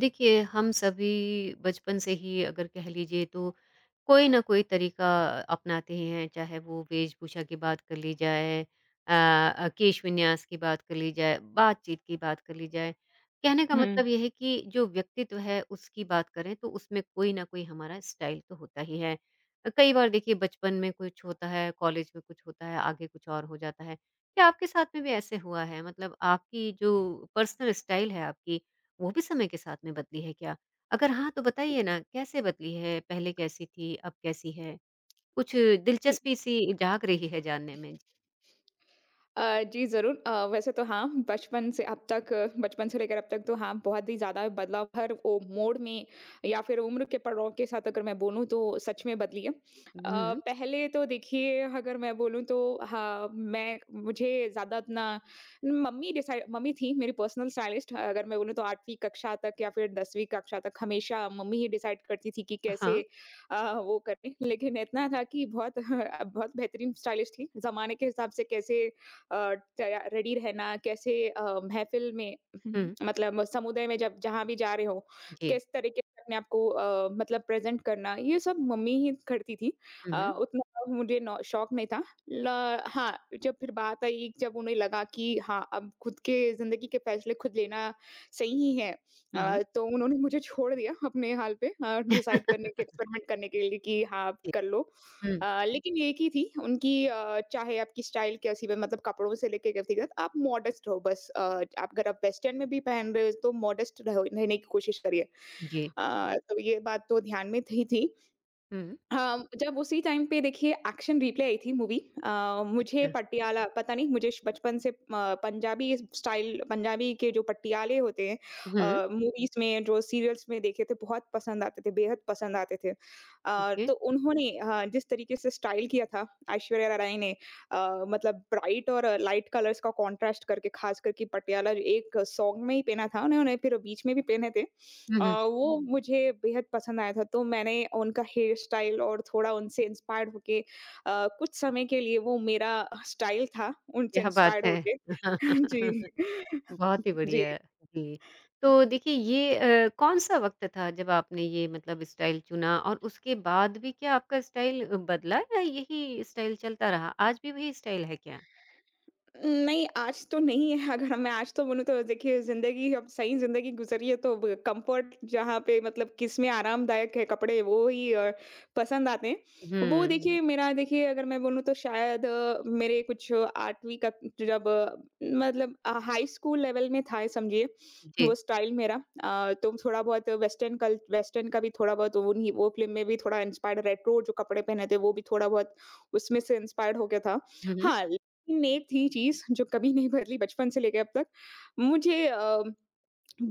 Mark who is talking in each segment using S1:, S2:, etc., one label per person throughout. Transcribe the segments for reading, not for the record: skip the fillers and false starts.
S1: देखिए, हम सभी बचपन से ही अगर कह लीजिए तो कोई ना कोई तरीका अपनाते ही हैं, चाहे वो वेशभूषा की बात कर ली जाए केश विन्यास की बात कर ली जाए, बातचीत की बात कर ली जाए। कहने का
S2: हुँ।
S1: मतलब ये है कि जो व्यक्तित्व है उसकी बात करें तो उसमें कोई ना कोई हमारा स्टाइल तो होता ही है। कई बार देखिए बचपन में कुछ होता है, कॉलेज में कुछ होता है, आगे कुछ और हो जाता है। क्या आपके साथ में भी ऐसे हुआ है? मतलब आपकी जो पर्सनल स्टाइल है आपकी वो भी समय के साथ में बदली है क्या? अगर हाँ, तो बताइए ना कैसे बदली है? पहले कैसी थी, अब कैसी है? कुछ
S2: हुँ।
S1: दिलचस्पी सी जाग रही है जानने में।
S2: जी, ज़रूर। वैसे तो हाँ, बचपन से अब तक अ, बचपन से लेकर अब तक तो हाँ, बहुत ही ज़्यादा बदलाव हर वो मोड़ में या फिर उम्र के पड़ाव के साथ अगर मैं बोलूँ तो सच में बदली है।
S1: हुँ,
S2: पहले तो देखिए अगर मैं बोलूँ तो हाँ, मैं मुझे ज़्यादा अपना मम्मी थी मेरी पर्सनल स्टाइलिस्ट अगर मैं बोलूँ तो 8वीं कक्षा तक या फिर 10वीं कक्षा तक हमेशा मम्मी ही डिसाइड करती थी कि कैसे
S1: हाँ,
S2: वो करें। लेकिन इतना था कि बहुत बहुत बेहतरीन स्टाइलिश थी। ज़माने के हिसाब से कैसे अ, तैया रेडी रहना, कैसे महफ़िल में
S1: हुँ,
S2: मतलब समुदाय में जब जहाँ भी जा रहे हो,
S1: जी।
S2: किस तरीके से अपने आप को मतलब प्रेज़ेंट करना, ये सब मम्मी ही करती थी।
S1: हुँ,
S2: अ,
S1: हुँ,
S2: उतना मुझे नौ शौक नहीं था। ल हाँ, जब फिर बात आई जब उन्हें लगा कि हाँ, अब खुद के ज़िंदगी के फ़ैसले खुद लेना सही ही है।
S1: हुँ, हुँ,
S2: तो उन्होंने मुझे छोड़ दिया अपने हाल पे, डिसाइड करने के, एक्सपेरिमेंट करने के लिए कि हाँ, आप
S1: जी,
S2: कर लो।
S1: हुँ,
S2: लेकिन एक ही थी उनकी, चाहे आपकी स्टाइल कैसी भी, मतलब कपड़ों से लेके व्यक्तिगत आप मॉडेस्ट रहो, बस अ, आप अगर आप वेस्टर्न में भी पहन रहे हो तो मॉडेस्ट रहो रहने की कोशिश करिए।
S1: जी,
S2: तो ये बात तो ध्यान में थी।
S1: हुँ,
S2: हाँ, जब उसी टाइम पे देखिए एक्शन रिप्ले आई थी मूवी। मुझे
S1: अच्छा,
S2: पटियाला, पता नहीं मुझे बचपन से पंजाबी स्टाइल, पंजाबी के जो पटियाले होते हैं
S1: हुँ,
S2: मूवीज में, जो सीरियल्स में देखे थे, बहुत पसंद आते थे, बेहद पसंद आते थे।
S1: ओके,
S2: तो उन्होंने जिस तरीके से स्टाइल किया था ऐश्वर्या राय ने, मतलब ब्राइट और लाइट कलर्स का कॉन्ट्रास्ट करके, खास करके पटियाला एक सॉन्ग में ही पहना था उन्होंने, फिर बीच में भी पहने थे।
S1: हुँ,
S2: अ,
S1: हुँ,
S2: वो मुझे बेहद पसंद आया था, तो मैंने उनका हेयर स्टाइल और थोड़ा उनसे इंस्पायर्ड होके कुछ समय के लिए वो मेरा स्टाइल था उनसे
S1: क्या बात
S2: इंस्पायर्ड
S1: है!
S2: होके। जी।
S1: बहुत ही
S2: जी।
S1: बढ़िया। जी, तो देखिए ये कौन-सा वक़्त था जब आपने ये मतलब स्टाइल चुना और उसके बाद भी क्या आपका स्टाइल बदला या यही स्टाइल चलता रहा? आज भी वही स्टाइल है क्या?
S2: नहीं, आज तो नहीं है। अगर मैं आज तो बोलूँ तो देखिए ज़िंदगी अब सही ज़िंदगी गुज़री है तो ब कम्फ़र्ट जहाँ पे मतलब किसमें आरामदायक है कपड़े वो ही पसंद आते हैं। वो
S1: हुँ,
S2: देखिए मेरा, देखिए अगर मैं बोलूँ तो शायद मेरे कुछ 8वीं का जब मतलब अ, मतलब हाई स्कूल लेवल में था, समझिए, वो
S1: जी।
S2: स्टाइल मेरा। तो थोड़ा बहुत वेस्टर्न, कल वेस्टर्न का भी थोड़ा बहुत, उन्हीं वो फ़िल्म में भी थोड़ा इंस्पायर्ड, रेट्रो जो कपड़े पहने थे, वो भी थोड़ा बहुत उसमें से इंस्पायर्ड होके था।
S1: हुँ, हुँ।
S2: हाँ, नेक थी चीज़ जो कभी नहीं बदली बचपन से लेके अब तक। मुझे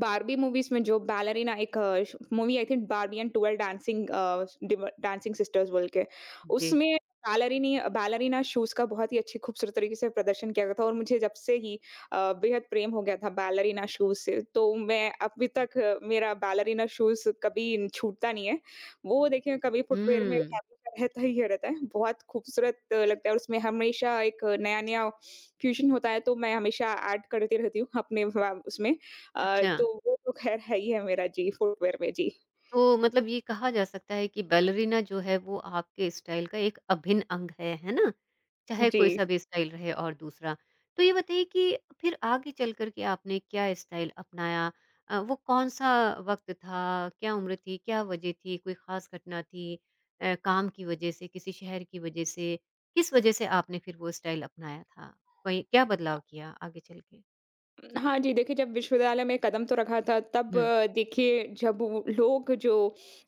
S2: बार्बी मूवीज़ में जो बैलरीना, एक श movie I think, Barbie and 12 dancing uh, डिव डांसिंग सिस्टर्स बोल के,
S1: जी।
S2: उसमें बैलरिनी बैलरीना शूज़ का बहुत ही अच्छी खूबसूरत तरीके से प्रदर्शन किया गया था और मुझे जब से ही बेहद प्रेम हो गया था बैलरीना शूज़ से। तो मैं अभी तक मेरा बैलरीना शूज़ कभी छूटता नहीं है। वो देखिए कभी फुटवियर में
S1: हुँ,
S2: हमेशा रहता ही रहता है। बहुत खूबसूरत लगता है और उसमें हमेशा एक नया-नया फ्यूज़न होता है तो मैं हमेशा ऐड करती रहती हूँ अपने व उसमें।
S1: अच्छा।
S2: तो वो तो ख़ैर है ही है मेरा जी, फुटवियर में जी।
S1: तो मतलब ये कहा जा सकता है कि बैलरीना जो है वो आपके स्टाइल का एक अभिन्न अंग है ना? चाहे कोई
S2: जी।
S1: सा भी स्टाइल रहे और दूसरा। तो ये बताइए कि फिर आगे चल कर के आपने क्या स्टाइल अपनाया? वो कौन-सा वक़्त था? क्या उम्र थी? क्या वजह थी? कोई ख़ास घटना थी? काम की वजह से, किसी शहर की वजह से? किस वजह से आपने फिर वो स्टाइल अपनाया था? कोई क्या
S2: अ,
S1: बदलाव किया आगे चल के?
S2: हाँ जी, देखिए जब विश्वविद्यालय में कदम तो रखा था, तब
S1: हुँ,
S2: देखिए जब वो लोग जो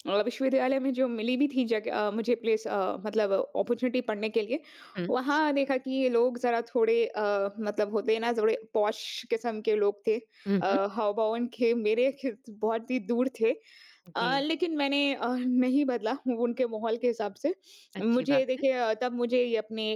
S2: विश्वविद्यालय में जो मिली भी थी जगह, मुझे प्लेस मतलब अपॉर्च्युनिटी पढ़ने के लिए,
S1: हुँ,
S2: वहाँ देखा कि ये लोग ज़रा थोड़े मतलब होते हैं ना, थोड़े पॉश किस्म के लोग थे।
S1: हुँ, हुँ।
S2: हाव-भाव उनके मेरे ख बहुत ही दूर थे।
S1: जी,
S2: लेकिन मैंने नहीं बदला उनके माहौल के हिसाब से।
S1: अच्छी
S2: मुझे
S1: बात है।
S2: देखिए तब मुझे ये अपने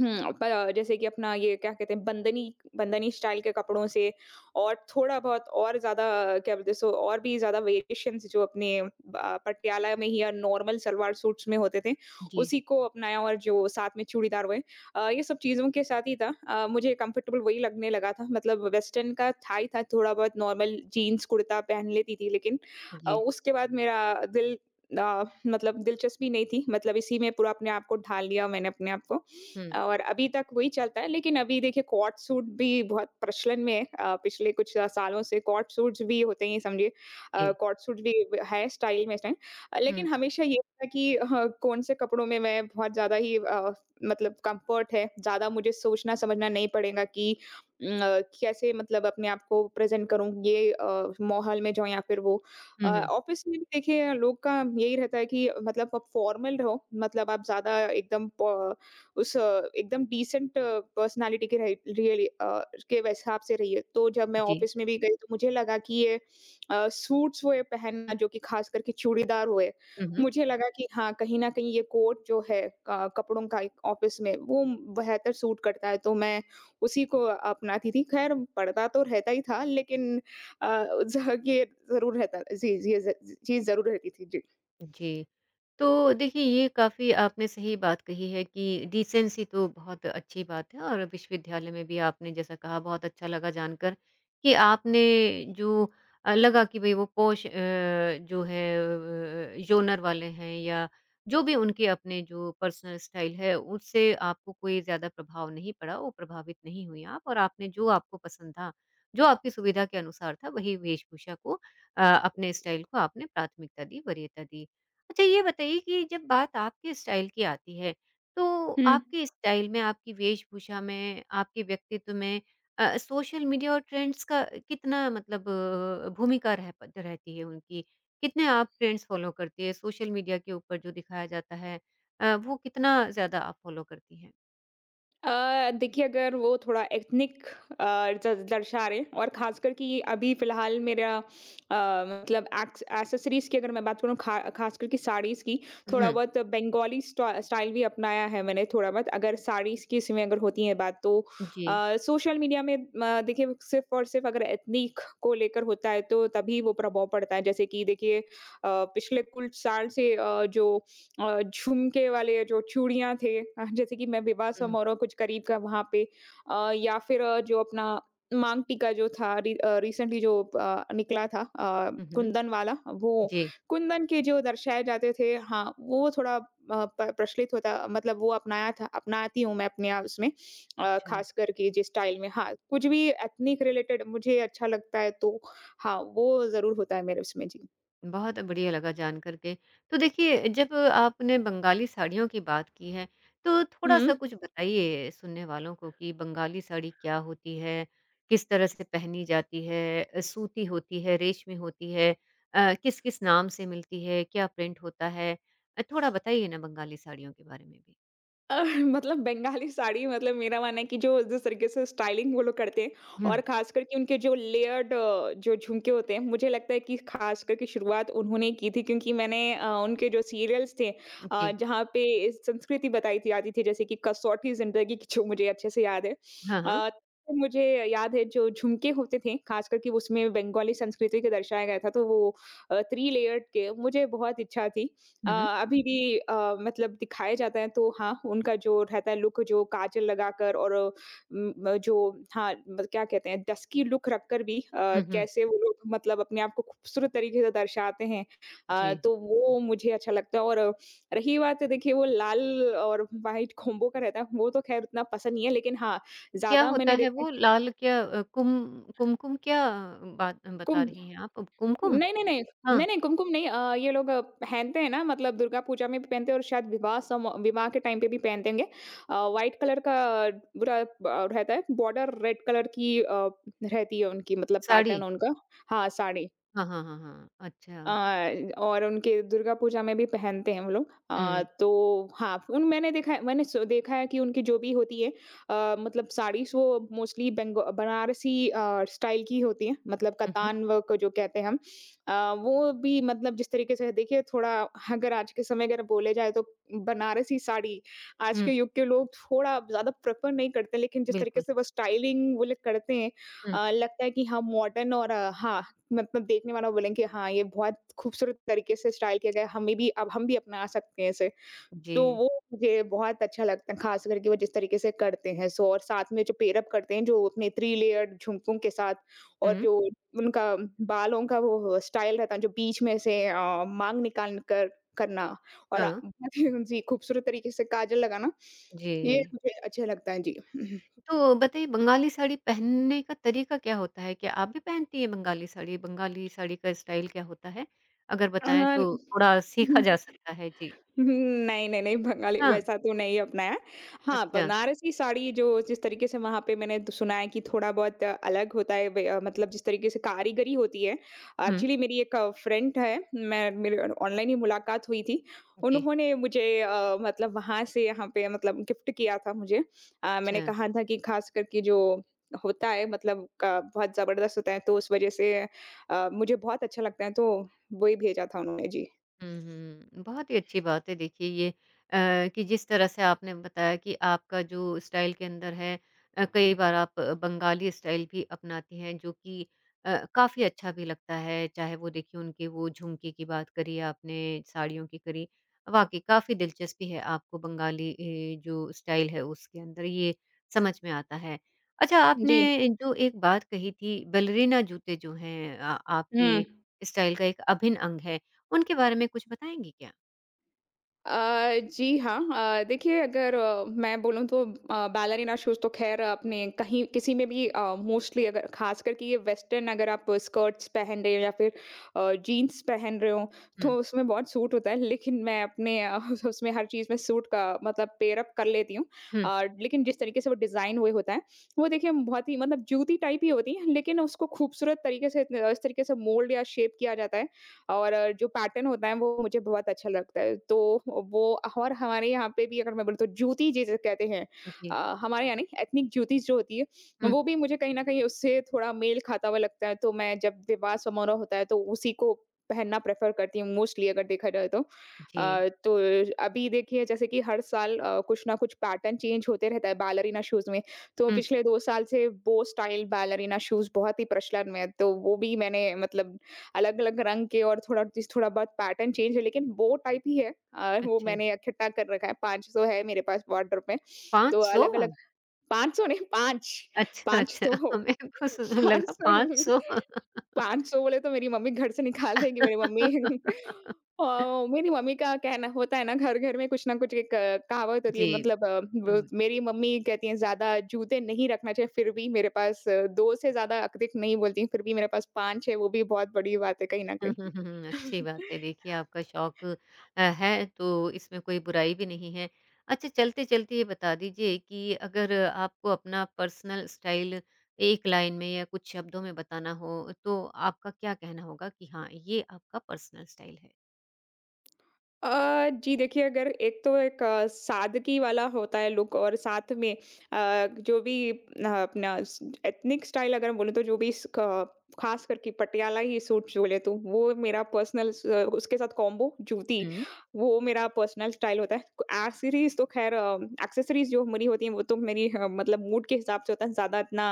S2: हुँ, प जैसे कि अपना ये क्या कहते हैं, बंदनी बंदनी स्टाइल के कपड़ों से और थोड़ा-बहुत और ज़्यादा क्या बोलते हैं सो और भी ज़्यादा वेरिएशंस जो अपने पटियाला में ही या नॉर्मल सलवार सूट्स में होते थे,
S1: जी,
S2: उसी को अपनाया और जो साथ में चूड़ीदार हुए। ये सब चीज़ों के साथ ही था, मुझे कंफर्टेबल वही लगने लगा था, मतलब वेस्टर्न का था ही था, थोड़ा-बहुत नॉर्मल जीन्स, कुर्ता पहन लेती थी, लेकिन
S1: जी।
S2: उसके बाद मेरा दिल मतलब दिलचस्पी नहीं थी, मतलब इसी में पूरा अपने आप को ढाल लिया मैंने अपने आप को।
S1: हुँ,
S2: और अभी तक वही चलता है, लेकिन अभी देखिए कॉट सूट भी बहुत प्रचलन में है, पिछले कुछ सालों से कॉट सूट्स भी होते हैं, समझिए,
S1: जी।
S2: कॉट सूट भी ब है स्टाइल में इस टाइम। लेकिन
S1: हुँ।
S2: हमेशा ये था कि ह कौन से कपड़ों में मैं बहुत ज़्यादा ही मतलब कम्फ़र्ट है, ज़्यादा मुझे सोचना समझना नहीं पड़ेगा कि कैसे मतलब अपने आप को प्रेज़ेंट करूँ, ये माहौल में जाऊँ या फिर वो।
S1: हुँ, हुँ।
S2: ऑफ़िस में भी देखिए लोग का यही रहता है कि मतलब आप फ़ॉर्मल रहो, मतलब आप ज़्यादा एकदम एकदम डिसेंट पर्सनैलिटी के रही रियली के हिसाब से रही है। तो जब मैं
S1: जी।
S2: ऑफ़िस में भी गई तो मुझे लगा कि ये सूट्स वो ये पहनना जो कि ख़ास करके चूड़ीदार हुए।
S1: हुँ, हुँ।
S2: मुझे लगा कि हाँ, कहीं न कहीं ये कोट जो है, क कपड़ों का एक ऑफ़िस में वो बेहतर सूट करता है, तो मैं उसी को अपनाती थी। ख़ैर पड़ता तो रहता ही था, लेकिन अ, ज़ ये ज़रूर रहता जी, जी, ये ज चीज़ ज़रूर रहती थी। जी।
S1: जी। तो देखिए ये काफ़ी आपने सही बात कही है कि डिसेंसी तो बहुत अच्छी बात है और विश्वविद्यालय में भी आपने जैसा कहा बहुत अच्छा लगा जानकर कि आपने जो लगा कि भई वो पोश जो है ज़ोनर वाले हैं या जो भी उनके अपने जो पर्सनल स्टाइल है उससे आपको कोई ज़्यादा प्रभाव नहीं पड़ा, वो प्रभावित नहीं हुई आप और आपने जो आपको पसंद था, जो आपकी सुविधा के अनुसार था वही वेशभूषा को अपने स्टाइल को आपने प्राथमिकता दी, वरीयता दी। अच्छा ये बताइए कि जब बात आपके स्टाइल की आती है, तो
S2: हुँ,
S1: आपके स्टाइल में, आपकी वेशभूषा में, आपके व्यक्तित्व में सोशल मीडिया और ट्रेंड्स का कितना मतलब भूमिका रह प रहती है उनकी? कितने आप ट्रेंड्स फ़ॉलो करती हैं? सोशल मीडिया के ऊपर जो दिखाया जाता है वो कितना ज़्यादा आप फ़ॉलो करती हैं?
S2: देखिए अगर वो थोड़ा एथनिक अ, ज दर्शा रहे और ख़ासकर कि अभी फ़िलहाल मेरा मतलब एक्सेसरीज़ की अगर मैं बात करूँ, ख़ासकर कि साड़ीज़ की, थोड़ा
S1: हुँ,
S2: बहुत बंगाली स्टाइल भी अपनाया है मैंने थोड़ा बहुत। अगर साड़ीज़ की इसमें अगर होती है बात, तो
S1: जी।
S2: अ, सोशल मीडिया में देखिए सिर्फ़ और सिर्फ़ अगर एथनिक को लेकर होता है तो तभी वो प्रभाव पड़ता है। जैसे कि देखिए पिछले कुछ साल से जो झुमके वाले जो चूड़ियाँ थे, जैसे कि मैं विवाह
S1: हुँ।
S2: समारोह कुछ करीब का वहाँ पे या फिर जो अपना माँग टीका जो था रिसेंटली जो निकला था,
S1: हुँ, हुँ।
S2: कुंदन वाला, वो
S1: जी,
S2: कुंदन के जो दर्शाए जाते थे, हाँ, वो थोड़ा अ, प प्रचलित होता, मतलब वो अपनाया था, अपनाती हूँ मैं अपने आप उसमें।
S1: अच्छा।
S2: ख़ास करके जिस स्टाइल में हाँ, कुछ भी एथनिक रिलेटेड मुझे अच्छा लगता है तो हाँ, वो ज़रूर होता है मेरे उसमें। जी।
S1: बहुत बढ़िया लगा जान कर के। तो देखिए जब आपने बंगाली साड़ियों की बात की है, तो
S2: हुँ।
S1: थोड़ा-सा कुछ बताइए सुनने वालों को कि बंगाली साड़ी क्या होती है? किस तरह से पहनी जाती है? सूती होती है, रेशमी होती है? किस-किस नाम से मिलती है? क्या प्रिंट होता है? थोड़ा बताइए ना बंगाली साड़ियों के बारे में भी।
S2: मतलब बंगाली साड़ी, मतलब मेरा मानना है कि जो, जिस तरीके से स्टाइलिंग वो लोग करते हैं
S1: हुँ,
S2: और खास करके उनके जो लेयर्ड जो झुमके होते हैं, मुझे लगता है कि खास करके शुरुआत उन्होंने की थी, क्योंकि मैंने उनके जो सीरियल्स थे
S1: जी।
S2: जहाँ पे संस्कृति बताई थी जाती थी, जैसे कि कसौटी जिंदगी की जो मुझे अच्छे से याद है।
S1: हाँ, हाँ।
S2: अ, मुझे याद है जो झुमके होते थे खास करके, उसमें बंगाली संस्कृति के दर्शाया गया था, तो वो थ्री लेयर्ड के मुझे बहुत इच्छा थी। अ,
S1: हुँ, हुँ।
S2: अभी भी मतलब दिखाए जाते हैं तो हाँ, उनका जो रहता है लुक, जो काजल लगाकर और उम, म जो हाँ, मतलब क्या कहते हैं डस्की लुक रखकर भी
S1: हुँ, हुँ।
S2: कैसे वो लोग मतलब अपने आप को खूबसूरत तरीके से दर्शाते हैं।
S1: जी।
S2: तो वो मुझे अच्छा लगता है और रही बात, देखिए वो लाल और व्हाइट कॉम्बो का रहता है, वो तो ख़ैर उतना पसंद नहीं है, लेकिन हाँ,
S1: क्या
S2: ज़्यादा
S1: होता
S2: मैंने
S1: है
S2: देखा है
S1: वो लाल क्या कुमकुम क्या बात
S2: कि
S1: बता रही हैं आप? कुमकुम?
S2: नहीं, नहीं, नहीं।
S1: हाँ।
S2: नहीं, नहीं, कुमकुम नहीं। ये लोग पहनते हैं ना, मतलब दुर्गा पूजा में भी पहनते हैं और शायद विवाह सम विवाह के टाइम पे भी पहनते होंगे। व्हाइट कलर का पूरा रहता है, बॉर्डर रेड कलर की रहती है उनकी, मतलब
S1: साड़ी?
S2: पैटर्न उनका। हाँ, साड़ी।
S1: हाँ, हाँ, हाँ, हाँ। अच्छा।
S2: अ, और उनके दुर्गा पूजा में भी पहनते हैं वो लोग।
S1: हुँ,
S2: तो हाँ, उन मैंने देखा है, मैंने स देखा है कि उनकी जो भी होती है मतलब साड़ीज़ वो मोस्टली बेंग बनारसी स्टाइल की होती हैं, मतलब
S1: हुँ, हुँ,
S2: कतान वर्क जो कहते हैं हम। वो भी मतलब जिस तरीके से देखिए थोड़ा, अगर आज के समय अगर बोले जाए तो बनारसी साड़ी आज के
S1: हुँ,
S2: युग के लोग थोड़ा ज़्यादा प्रेफ़र नहीं करते, लेकिन जिस तरीके
S1: बिल्कुल।
S2: से वो स्टाइलिंग वो लोग करते हैं
S1: हुँ,
S2: लगता है कि हाँ मॉडर्न, और हाँ, मतलब देखने वाला बोले कि हाँ, ये बहुत खूबसूरत तरीके से स्टाइल किया गया है, हमें भी अब हम भी अपना सकते हैं इसे।
S1: जी।
S2: तो वो मुझे बहुत अच्छा लगता है, ख़ास करके वो जिस तरीके से करते हैं सो और साथ में जो पेयरअप करते हैं, जो अपने 3 लेयर्ड झुमकों के साथ और
S1: हुँ,
S2: जो उनका बालों का वो स्टाइल रहता है, जो बीच में से मांग निकाल कर करना और
S1: हाँ,
S2: बहुत ही जी, खूबसूरत तरीके से काजल लगाना,
S1: जी।
S2: ये मुझे अच्छा लगता है। जी।
S1: तो बताइए बंगाली साड़ी पहनने का तरीका क्या होता है? क्या आप भी पहनती हैं बंगाली साड़ी? बंगाली साड़ी का स्टाइल क्या होता है? अगर बताएँ
S2: हाँ।
S1: तो थोड़ा सीखा जा सकता है। जी।
S2: नहीं, नहीं, नहीं, बंगाली
S1: हाँ,
S2: वैसा तो नहीं अपनाया। हाँ,
S1: अच्छा।
S2: बनारसी साड़ी जो जिस तरीके से वहाँ पे मैंने तो सुना है कि थोड़ा बहुत अलग होता है वे मतलब जिस तरीके से कारीगरी होती है।
S1: हुँ,
S2: एक्चुअली मेरी एक फ्रेंड है, मैं मेरी ऑनलाइन ही मुलाकात हुई थी।
S1: जी,
S2: उन्होंने मुझे मतलब वहाँ से यहाँ पे मतलब गिफ्ट किया था मुझे। मैंने
S1: अच्छा।
S2: कहा था कि खास करके जो होता है मतलब का बहुत ज़बरदस्त होता है, तो उस वजह से मुझे बहुत अच्छा लगता है, तो वही भेजा था उन्होंने जी।
S1: हुँ, हुँ। बहुत ही अच्छी बात है देखिए ये कि जिस तरह से आपने बताया कि आपका जो स्टाइल के अंदर है कई बार आप बंगाली स्टाइल भी अपनाती हैं जो कि काफ़ी अच्छा भी लगता है। चाहे वो देखिए उनके वो झुमके की बात करी आपने, साड़ियों की करी। वाक़ई काफ़ी दिलचस्पी है आपको बंगाली ए, जो स्टाइल है उसके अंदर ये समझ में आता है। अच्छा
S2: जी।
S1: आपने जो एक बात कही थी बैलेरिना जूते जो हैं आपके
S2: हुँ।
S1: स्टाइल का एक अभिन्न अंग है। उनके बारे में कुछ बताएँगी क्या?
S2: जी हाँ। देखिए अगर मैं बोलूँ तो बैलरीना शूज़ तो ख़ैर अपने कहीं किसी में भी मोस्टली अगर ख़ासकर कि ये वेस्टर्न अगर आप स्कर्ट्स पहन रहे हो या फिर जीन्स पहन रहे हो, तो
S1: हुँ,
S2: उसमें बहुत सूट होता है। लेकिन मैं अपने उसमें हर चीज़ में सूट का मतलब पेयर अप कर लेती हूँ।
S1: हुँ।
S2: लेकिन जिस तरीके से वो डिज़ाइन हुए होता है, वो देखिए बहुत ही मतलब जूती टाइप ही होती है, लेकिन उसको खूबसूरत तरीके से इतने इस तरीके से मोल्ड या शेप किया जाता है और जो पैटर्न होता है वो मुझे बहुत अच्छा लगता है। तो वो और हमारे यहाँ पे भी अगर मैं बोलूँ तो जूती जिसे कहते हैं,
S1: जी,
S2: हमारे यहाँ नहीं, एथनिक जूतीज़ जो होती है,
S1: हुँ,
S2: वो भी मुझे कहीं न कहीं उससे थोड़ा मेल खाता हुआ लगता है। तो मैं, जब विवाह समारोह होता है तो उसी को पहनना प्रेफ़र करती हूँ मोस्टली अगर देखा जाए तो।
S1: जी।
S2: तो अभी देखिए जैसे कि हर साल कुछ ना कुछ पैटर्न चेंज होते रहता है बैलरीना शूज़ में। तो
S1: हुँ।
S2: पिछले 2 साल से बो स्टाइल बैलरीना शूज़ बहुत ही प्रचलन में है। तो वो भी मैंने मतलब अलग-अलग रंग के और थोड़ा बहुत पैटर्न चेंज है, लेकिन वो टाइप ही है। वो
S1: अच्छा,
S2: मैंने इकट्ठा कर रखा है, 500 है मेरे पास वॉर्डरोब में। तो
S1: 500?
S2: अलग-अलग 500 नहीं, 5,
S1: अच्छा,
S2: 5
S1: अच्छा
S2: तो
S1: मेरे को सु लगा
S2: 500 नहीं।
S1: 500
S2: 500 बोले तो मेरी मम्मी घर से निकाल देगी मेरी मम्मी। और मेरी मम्मी का कहना होता है ना, घर-घर में कुछ ना कुछ एक कहावत होती है,
S1: जी,
S2: मतलब अ, ब
S1: हुँ।
S2: मेरी मम्मी कहती हैं ज़्यादा जूते नहीं रखना चाहिए, फिर भी मेरे पास 2 से ज़्यादा अधिक नहीं बोलती हैं, फिर भी मेरे पास 5 है, वो भी बहुत बड़ी बात है कहीं न
S1: हुँ, हुँ, हुँ, हुँ,
S2: कहीं।
S1: अच्छी बात है देखिए आपका शौक है तो इसमें कोई बुराई भी नहीं है। अच्छा चलते-चलते ये बता दीजिए कि अगर आपको अपना पर्सनल स्टाइल एक लाइन में या कुछ शब्दों में बताना हो, तो आपका क्या कहना होगा कि हाँ, ये आपका पर्सनल स्टाइल है?
S2: जी देखिए, अगर एक सादगी वाला होता है लुक, और साथ में जो भी अपना एथनिक स्टाइल अगर बोले तो जो भी खास करके पटियाला ही सूट जो ले तो वो मेरा पर्सनल, उसके साथ कॉम्बो जूती,
S1: हुँ।
S2: वो मेरा पर्सनल स्टाइल होता है। एक्सेसरीज तो खैर एक्सेसरीज जो मेरी होती हैं वो तो मेरी मतलब मूड के हिसाब से होता है, ज़्यादा इतना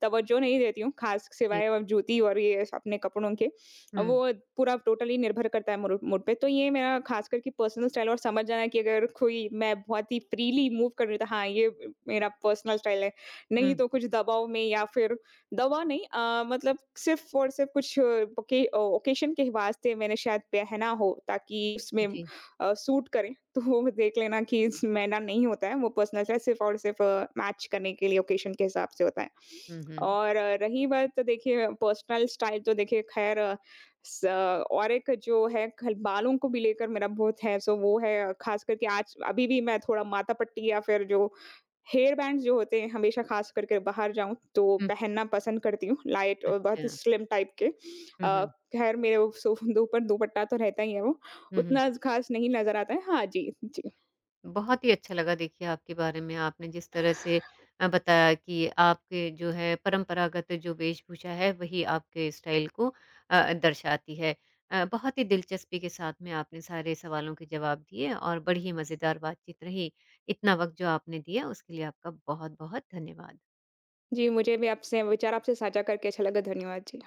S2: तवज्जो नहीं देती हूँ खास,
S1: जी,
S2: सिवाय जूती और ये अपने कपड़ों के,
S1: हुँ,
S2: वो पूरा टोटली निर्भर करता है मूड मूड पे। तो ये मेरा ख़ास करके पर्सनल स्टाइल, और समझ जाना कि अगर कोई मैं बहुत ही फ्रीली मूव कर रही हूँ तो हाँ, ये मेरा पर्सनल स्टाइल है। नहीं
S1: हुँ।
S2: तो कुछ दबाव में या फिर दबाव नहीं अ, मतलब सिर्फ़ और सिर्फ़ कुछ ओकेशन के वास्ते मैंने शायद पहना हो ताकि उसमें
S1: जी।
S2: सूट करे। तो वो देख लेना कि इस मेरा नहीं होता है, वो पर्सनल स्टाइल सिर्फ़ और सिर्फ़ मैच करने के लिए ओकेशन के हिसाब से होता है।
S1: हुँ, हुँ।
S2: और रही बात तो देखिए पर्सनल स्टाइल, तो देखिए ख़ैर, स और एक जो है खल बालों को भी लेकर मेरा बहुत है सो, वो है खास करके आज अभी भी मैं थोड़ा माथा पट्टी या फिर जो हेयर बैंड्स जो होते हैं हमेशा खास करके बाहर जाऊँ तो
S1: हुँ,
S2: पहनना पसंद करती हूँ, लाइट और बहुत
S1: अच्छा।
S2: ही स्लिम टाइप के।
S1: हुँ,
S2: अ,
S1: हुँ।
S2: खैर मेरे वो सो ऊपर दुपट्टा तो रहता ही है वो,
S1: हुँ, हुँ।
S2: उतना ज़ खास नहीं नज़र आता है। हाँ जी, जी।
S1: बहुत ही अच्छा लगा देखिए आपके बारे में आपने जिस तरह से बताया कि आपके जो है परंपरागत जो वेशभूषा है वही आपके स्टाइल को दर्शाती है। बहुत ही दिलचस्पी के साथ में आपने सारे सवालों के जवाब दिए और बड़ी ही मज़ेदार बातचीत रही। इतना वक़्त जो आपने दिया उसके लिए आपका बहुत-बहुत धन्यवाद।
S2: जी, मुझे भी आपसे विचार आपसे साझा करके अच्छा लगा। धन्यवाद जी।